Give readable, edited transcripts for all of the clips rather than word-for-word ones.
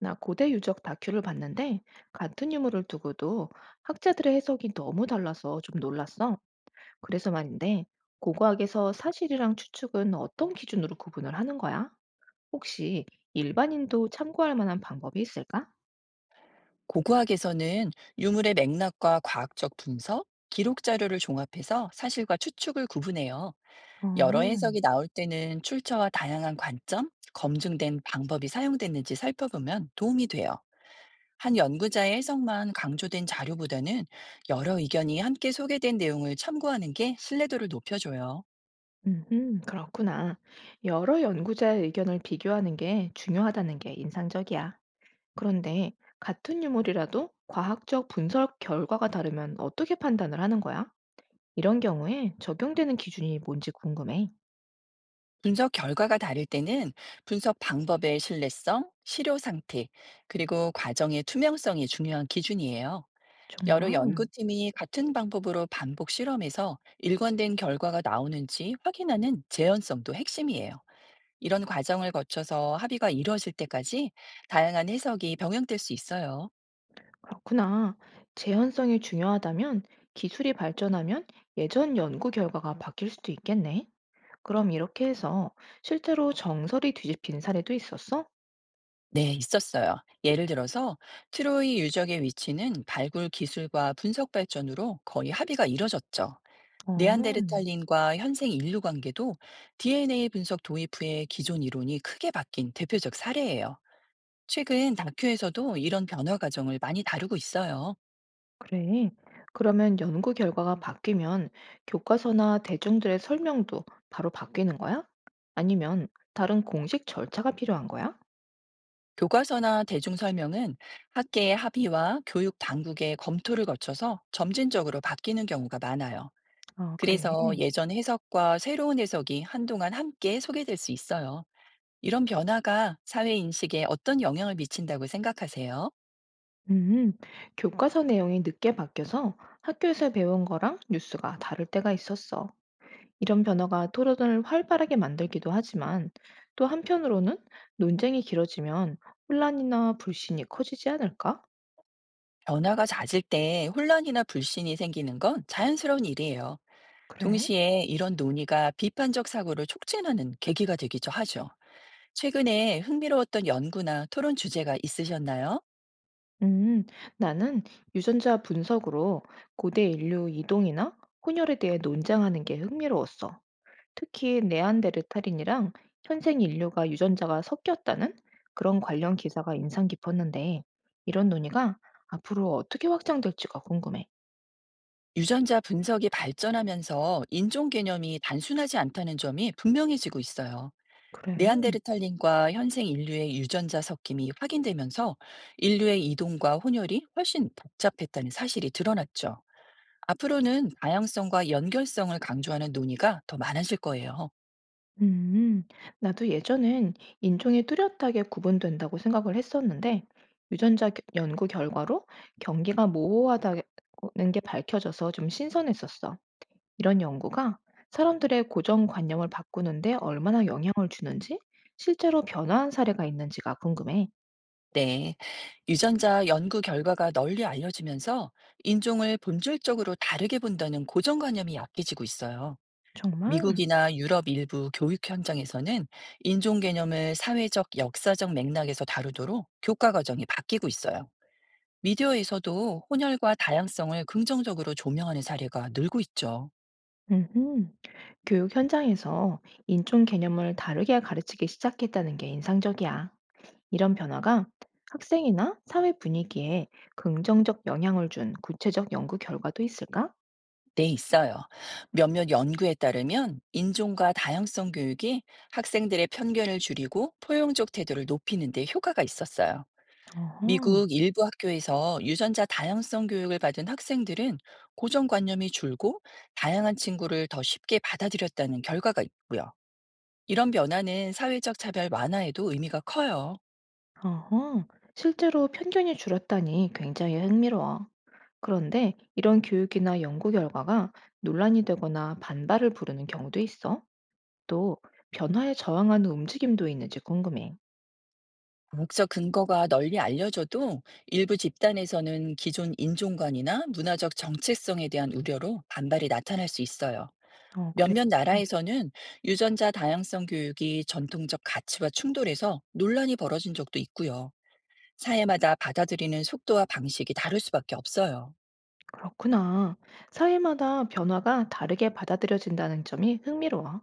나 고대 유적 다큐를 봤는데 같은 유물을 두고도 학자들의 해석이 너무 달라서 좀 놀랐어. 그래서 말인데 고고학에서 사실이랑 추측은 어떤 기준으로 구분을 하는 거야? 혹시 일반인도 참고할 만한 방법이 있을까? 고고학에서는 유물의 맥락과 과학적 분석, 기록 자료를 종합해서 사실과 추측을 구분해요. 여러 어, 해석이 나올 때는 출처와 다양한 관점, 검증된 방법이 사용됐는지 살펴보면 도움이 돼요. 한 연구자의 해석만 강조된 자료보다는 여러 의견이 함께 소개된 내용을 참고하는 게 신뢰도를 높여줘요. 그렇구나. 여러 연구자의 의견을 비교하는 게 중요하다는 게 인상적이야. 그런데 같은 유물이라도 과학적 분석 결과가 다르면 어떻게 판단을 하는 거야? 이런 경우에 적용되는 기준이 뭔지 궁금해. 분석 결과가 다를 때는 분석 방법의 신뢰성, 실효 상태, 그리고 과정의 투명성이 중요한 기준이에요. 여러 정말 연구팀이 같은 방법으로 반복 실험해서 일관된 결과가 나오는지 확인하는 재현성도 핵심이에요. 이런 과정을 거쳐서 합의가 이루어질 때까지 다양한 해석이 병행될 수 있어요. 그렇구나. 재현성이 중요하다면 기술이 발전하면 예전 연구 결과가 바뀔 수도 있겠네. 그럼 이렇게 해서 실제로 정설이 뒤집힌 사례도 있었어? 네, 있었어요. 예를 들어서 트로이 유적의 위치는 발굴 기술과 분석 발전으로 거의 합의가 이뤄졌죠. 어, 네안데르탈린과 현생 인류 관계도 DNA 분석 도입 후에 기존 이론이 크게 바뀐 대표적 사례예요. 최근 다큐에서도 이런 변화 과정을 많이 다루고 있어요. 그래. 그러면 연구 결과가 바뀌면 교과서나 대중들의 설명도 바로 바뀌는 거야? 아니면 다른 공식 절차가 필요한 거야? 교과서나 대중 설명은 학계의 합의와 교육 당국의 검토를 거쳐서 점진적으로 바뀌는 경우가 많아요. 아, 그래. 그래서 예전 해석과 새로운 해석이 한동안 함께 소개될 수 있어요. 이런 변화가 사회 인식에 어떤 영향을 미친다고 생각하세요? 음, 교과서 내용이 늦게 바뀌어서 학교에서 배운 거랑 뉴스가 다를 때가 있었어. 이런 변화가 토론을 활발하게 만들기도 하지만 또 한편으로는 논쟁이 길어지면 혼란이나 불신이 커지지 않을까? 변화가 잦을 때 혼란이나 불신이 생기는 건 자연스러운 일이에요. 그래? 동시에 이런 논의가 비판적 사고를 촉진하는 계기가 되기도 하죠. 최근에 흥미로웠던 연구나 토론 주제가 있으셨나요? 음, 나는 유전자 분석으로 고대 인류 이동이나 혼혈에 대해 논쟁하는 게 흥미로웠어. 특히 네안데르탈인이랑 현생 인류가 유전자가 섞였다는 그런 관련 기사가 인상 깊었는데 이런 논의가 앞으로 어떻게 확장될지가 궁금해. 유전자 분석이 발전하면서 인종 개념이 단순하지 않다는 점이 분명해지고 있어요. 그래. 네안데르탈린과 현생 인류의 유전자 섞임이 확인되면서 인류의 이동과 혼혈이 훨씬 복잡했다는 사실이 드러났죠. 앞으로는 다양성과 연결성을 강조하는 논의가 더 많아질 거예요. 음, 나도 예전엔 인종이 뚜렷하게 구분된다고 생각을 했었는데 연구 결과로 경계가 모호하다는 게 밝혀져서 좀 신선했었어. 이런 연구가 사람들의 고정관념을 바꾸는데 얼마나 영향을 주는지, 실제로 변화한 사례가 있는지가 궁금해. 네, 유전자 연구 결과가 널리 알려지면서 인종을 본질적으로 다르게 본다는 고정관념이 약해지고 있어요. 정말? 미국이나 유럽 일부 교육 현장에서는 인종 개념을 사회적, 역사적 맥락에서 다루도록 교과 과정이 바뀌고 있어요. 미디어에서도 혼혈과 다양성을 긍정적으로 조명하는 사례가 늘고 있죠. 음흠. 교육 현장에서 인종 개념을 다르게 가르치기 시작했다는 게 인상적이야. 이런 변화가 학생이나 사회 분위기에 긍정적 영향을 준 구체적 연구 결과도 있을까? 네, 있어요. 몇몇 연구에 따르면 인종과 다양성 교육이 학생들의 편견을 줄이고 포용적 태도를 높이는 데 효과가 있었어요. 어허. 미국 일부 학교에서 유전자 다양성 교육을 받은 학생들은 고정관념이 줄고 다양한 친구를 더 쉽게 받아들였다는 결과가 있고요. 이런 변화는 사회적 차별 완화에도 의미가 커요. 어허, 실제로 편견이 줄었다니 굉장히 흥미로워. 그런데 이런 교육이나 연구 결과가 논란이 되거나 반발을 부르는 경우도 있어. 또 변화에 저항하는 움직임도 있는지 궁금해. 과학적 근거가 널리 알려져도 일부 집단에서는 기존 인종관이나 문화적 정체성에 대한 우려로 반발이 나타날 수 있어요. 어, 그래. 몇몇 음, 나라에서는 유전자 다양성 교육이 전통적 가치와 충돌해서 논란이 벌어진 적도 있고요. 사회마다 받아들이는 속도와 방식이 다를 수밖에 없어요. 그렇구나. 사회마다 변화가 다르게 받아들여진다는 점이 흥미로워.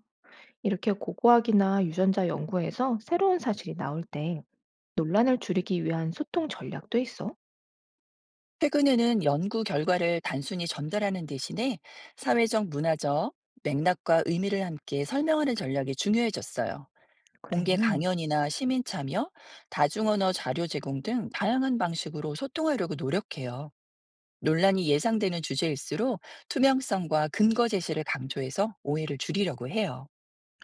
이렇게 고고학이나 유전자 연구에서 새로운 사실이 나올 때 논란을 줄이기 위한 소통 전략도 있어. 최근에는 연구 결과를 단순히 전달하는 대신에 사회적 문화적 맥락과 의미를 함께 설명하는 전략이 중요해졌어요. 그래. 공개 강연이나 시민 참여, 다중언어 자료 제공 등 다양한 방식으로 소통하려고 노력해요. 논란이 예상되는 주제일수록 투명성과 근거 제시를 강조해서 오해를 줄이려고 해요.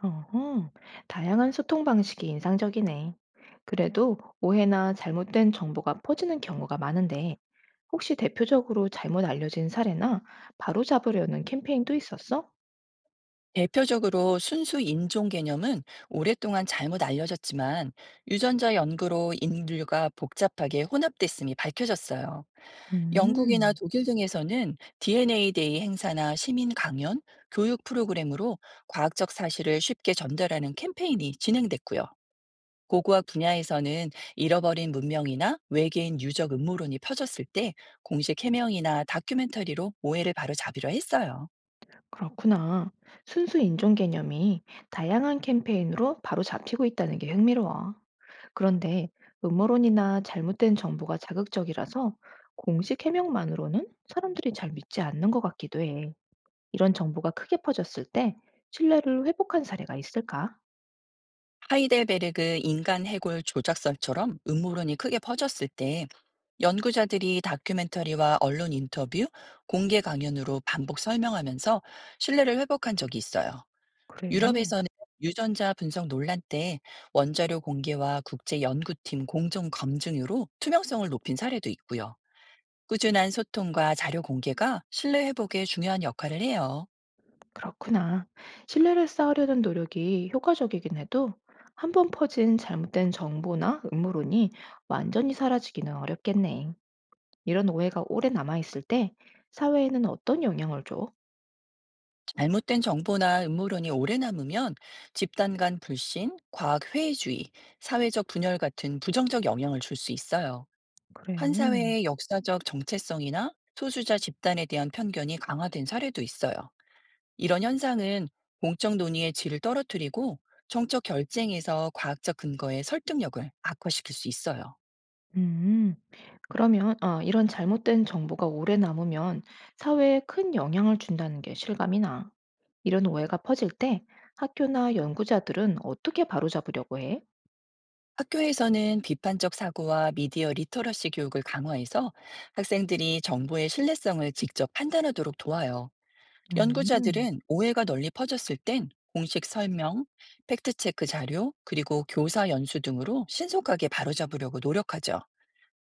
어허, 다양한 소통 방식이 인상적이네. 그래도 오해나 잘못된 정보가 퍼지는 경우가 많은데, 혹시 대표적으로 잘못 알려진 사례나 바로잡으려는 캠페인도 있었어? 대표적으로 순수 인종 개념은 오랫동안 잘못 알려졌지만 유전자 연구로 인류가 복잡하게 혼합됐음이 밝혀졌어요. 영국이나 음, 독일 등에서는 DNA 데이 행사나 시민 강연, 교육 프로그램으로 과학적 사실을 쉽게 전달하는 캠페인이 진행됐고요. 고고학 분야에서는 잃어버린 문명이나 외계인 유적 음모론이 퍼졌을 때 공식 해명이나 다큐멘터리로 오해를 바로잡으려 했어요. 그렇구나. 순수 인종 개념이 다양한 캠페인으로 바로 잡히고 있다는 게 흥미로워. 그런데 음모론이나 잘못된 정보가 자극적이라서 공식 해명만으로는 사람들이 잘 믿지 않는 것 같기도 해. 이런 정보가 크게 퍼졌을 때 신뢰를 회복한 사례가 있을까? 하이델베르그 인간 해골 조작설처럼 음모론이 크게 퍼졌을 때 연구자들이 다큐멘터리와 언론 인터뷰, 공개 강연으로 반복 설명하면서 신뢰를 회복한 적이 있어요. 그래. 유럽에서는 유전자 분석 논란 때 원자료 공개와 국제 연구팀 공정 검증으로 투명성을 높인 사례도 있고요. 꾸준한 소통과 자료 공개가 신뢰 회복에 중요한 역할을 해요. 그렇구나. 신뢰를 쌓으려는 노력이 효과적이긴 해도 한 번 퍼진 잘못된 정보나 음모론이 완전히 사라지기는 어렵겠네. 이런 오해가 오래 남아있을 때 사회에는 어떤 영향을 줘? 잘못된 정보나 음모론이 오래 남으면 집단 간 불신, 과학 회의주의, 사회적 분열 같은 부정적 영향을 줄 수 있어요. 그래. 한 사회의 역사적 정체성이나 소수자 집단에 대한 편견이 강화된 사례도 있어요. 이런 현상은 공적 논의의 질을 떨어뜨리고 정적 결쟁에서 과학적 근거의 설득력을 악화시킬 수 있어요. 음, 그러면 이런 잘못된 정보가 오래 남으면 사회에 큰 영향을 준다는 게 실감이 나. 이런 오해가 퍼질 때 학교나 연구자들은 어떻게 바로잡으려고 해? 학교에서는 비판적 사고와 미디어 리터러시 교육을 강화해서 학생들이 정보의 신뢰성을 직접 판단하도록 도와요. 음, 연구자들은 오해가 널리 퍼졌을 땐 공식 설명, 팩트체크 자료, 그리고 교사 연수 등으로 신속하게 바로잡으려고 노력하죠.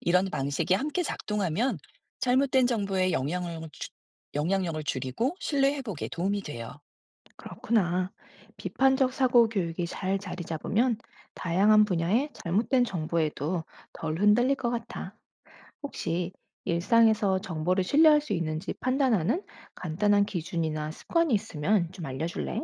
이런 방식이 함께 작동하면 잘못된 정보의 영향을, 영향력을 줄이고 신뢰 회복에 도움이 돼요. 그렇구나. 비판적 사고 교육이 잘 자리 잡으면 다양한 분야의 잘못된 정보에도 덜 흔들릴 것 같아. 혹시 일상에서 정보를 신뢰할 수 있는지 판단하는 간단한 기준이나 습관이 있으면 좀 알려줄래?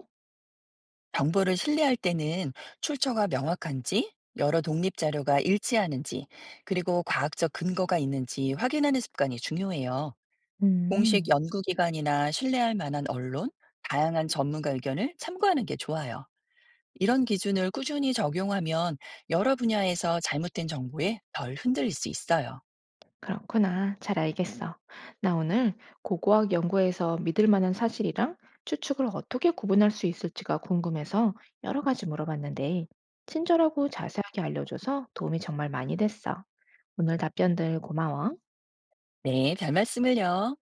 정보를 신뢰할 때는 출처가 명확한지, 여러 독립 자료가 일치하는지, 그리고 과학적 근거가 있는지 확인하는 습관이 중요해요. 공식 음. 연구기관이나 신뢰할 만한 언론, 다양한 전문가 의견을 참고하는 게 좋아요. 이런 기준을 꾸준히 적용하면 여러 분야에서 잘못된 정보에 덜 흔들릴 수 있어요. 그렇구나. 잘 알겠어. 나 오늘 고고학 연구에서 믿을 만한 사실이랑 추측을 어떻게 구분할 수 있을지가 궁금해서 여러 가지 물어봤는데, 친절하고 자세하게 알려줘서 도움이 정말 많이 됐어. 오늘 답변들 고마워. 네, 별 말씀을요.